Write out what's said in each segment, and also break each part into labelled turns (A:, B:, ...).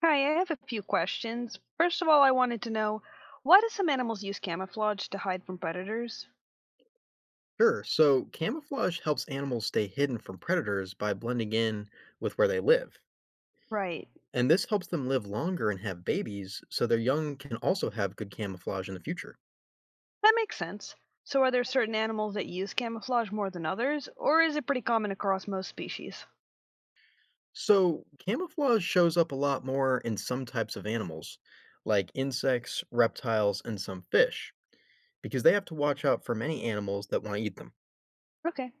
A: Hi, I have a few questions. First of all, I wanted to know why do some animals use camouflage to hide from predators?
B: Sure. So camouflage helps animals stay hidden from predators by blending in with where they live.
A: Right,
B: And this helps them live longer and have babies, so their young can also have good camouflage in the future.
A: that makes sense. So, are there certain animals that use camouflage more than others, or is it pretty common across most species?
B: So camouflage shows up a lot more in some types of animals, like insects, reptiles, and some fish, because they have to watch out for many animals that want to eat them.
A: Okay,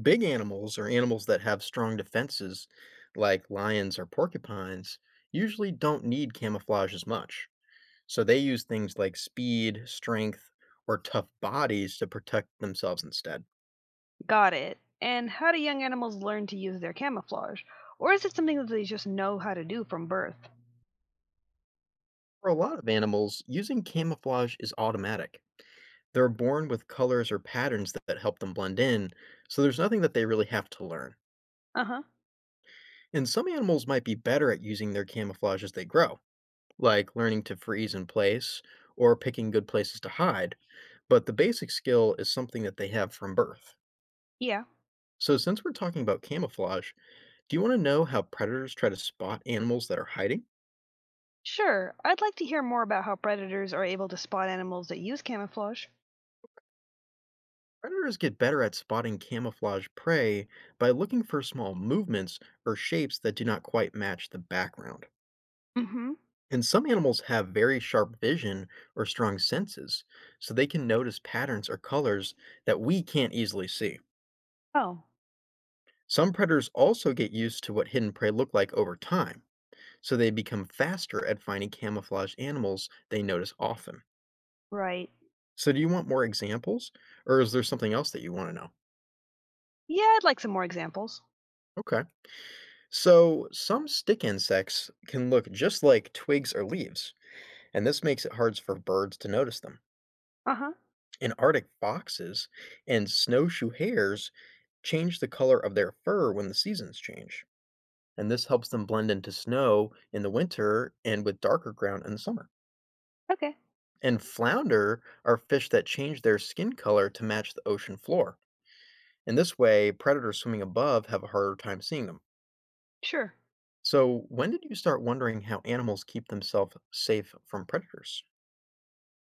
B: Big animals or animals that have strong defenses, like lions or porcupines, usually don't need camouflage as much. So they use things like speed, strength, or tough bodies to protect themselves instead.
A: got it. And how do young animals learn to use their camouflage? Or is it something that they just know how to do from birth?
B: For a lot of animals, using camouflage is automatic. They're born with colors or patterns that help them blend in, so there's nothing that they really have to learn.
A: Uh huh,
B: And some animals might be better at using their camouflage as they grow, like learning to freeze in place or picking good places to hide, but the basic skill is something that they have from birth.
A: yeah.
B: So, since we're talking about camouflage, do you want to know how predators try to spot animals that are hiding?
A: Sure, I'd like to hear more about how predators are able to spot animals that use camouflage.
B: Predators get better at spotting camouflage prey by looking for small movements or shapes that do not quite match the background.
A: Mm hmm.
B: And some animals have very sharp vision or strong senses, so they can notice patterns or colors that we can't easily see.
A: Oh,
B: Some predators also get used to what hidden prey look like over time, so they become faster at finding camouflage animals they notice often.
A: right.
B: So, do you want more examples, or is there something else that you want to know?
A: Yeah, I'd like some more examples.
B: Okay. So, some stick insects can look just like twigs or leaves, and this makes it hard for birds to notice them.
A: Uh huh.
B: And Arctic foxes and snowshoe hares change the color of their fur when the seasons change. And this helps them blend into snow in the winter and with darker ground in the summer.
A: Okay.
B: And flounder are fish that change their skin color to match the ocean floor. In this way, predators swimming above have a harder time seeing them.
A: Sure.
B: So, when did you start wondering how animals keep themselves safe from predators?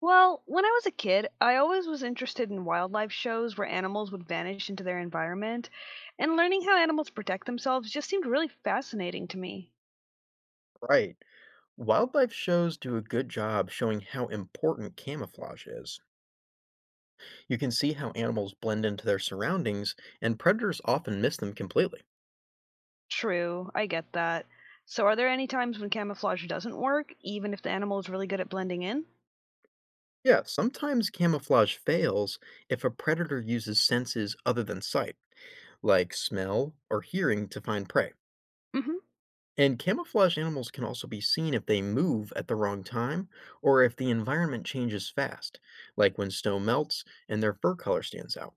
A: Well, when I was a kid, I always was interested in wildlife shows where animals would vanish into their environment, and learning how animals protect themselves just seemed really fascinating to me.
B: Right. Wildlife shows do a good job showing how important camouflage is. You can see how animals blend into their surroundings, and predators often miss them completely.
A: True, I get that. So, are there any times when camouflage doesn't work, even if the animal is really good at blending in?
B: Yeah, sometimes camouflage fails if a predator uses senses other than sight, like smell or hearing, to find prey.
A: Mm hmm.
B: And camouflage animals can also be seen if they move at the wrong time or if the environment changes fast, like when snow melts and their fur color stands out.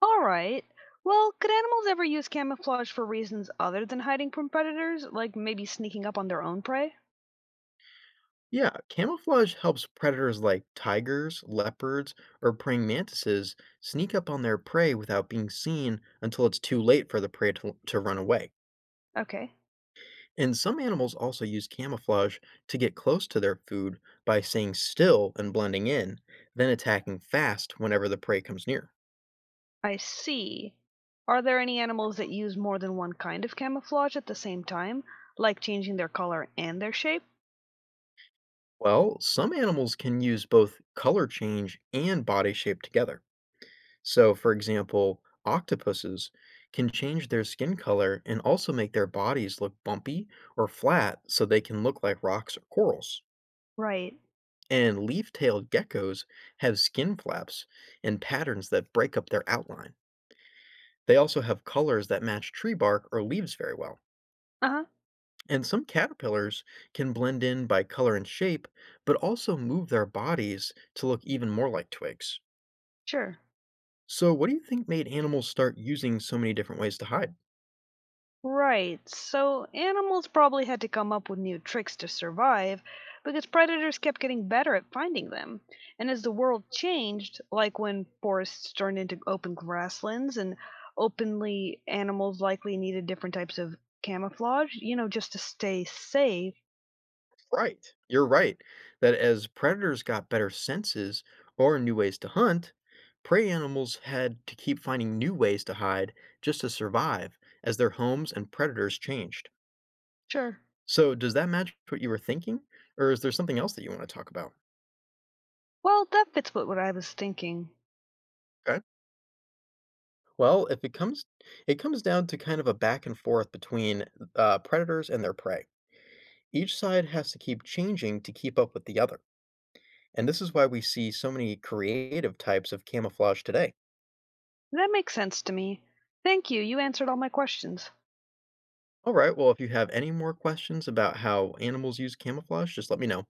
A: All right. Well, could animals ever use camouflage for reasons other than hiding from predators, like maybe sneaking up on their own prey?
B: Yeah, camouflage helps predators like tigers, leopards, or praying mantises sneak up on their prey without being seen until it's too late for the prey to run away.
A: Okay.
B: And some animals also use camouflage to get close to their food by staying still and blending in, then attacking fast whenever the prey comes near.
A: I see. Are there any animals that use more than one kind of camouflage at the same time, like changing their color and their shape?
B: Well, some animals can use both color change and body shape together. So, for example, octopuses can change their skin color and also make their bodies look bumpy or flat so they can look like rocks or corals.
A: Right.
B: And leaf tailed geckos have skin flaps and patterns that break up their outline. They also have colors that match tree bark or leaves very well.
A: Uh huh.
B: And some caterpillars can blend in by color and shape, but also move their bodies to look even more like twigs.
A: Sure.
B: So, what do you think made animals start using so many different ways to hide?
A: Right. So animals probably had to come up with new tricks to survive because predators kept getting better at finding them. And as the world changed, like when forests turned into open grasslands and openly animals likely needed different types of camouflage, just to stay safe.
B: Right. You're right that as predators got better senses or new ways to hunt, prey animals had to keep finding new ways to hide just to survive as their homes and predators changed.
A: Sure.
B: So, does that match what you were thinking or is there something else that you want to talk about?
A: Well, that fits with what I was thinking.
B: Okay. Well, if it comes it comes down to kind of a back and forth between predators and their prey. Each side has to keep changing to keep up with the other. And this is why we see so many creative types of camouflage today.
A: That makes sense to me. Thank you. You answered all my questions.
B: All right, well, if you have any more questions about how animals use camouflage, just let me know.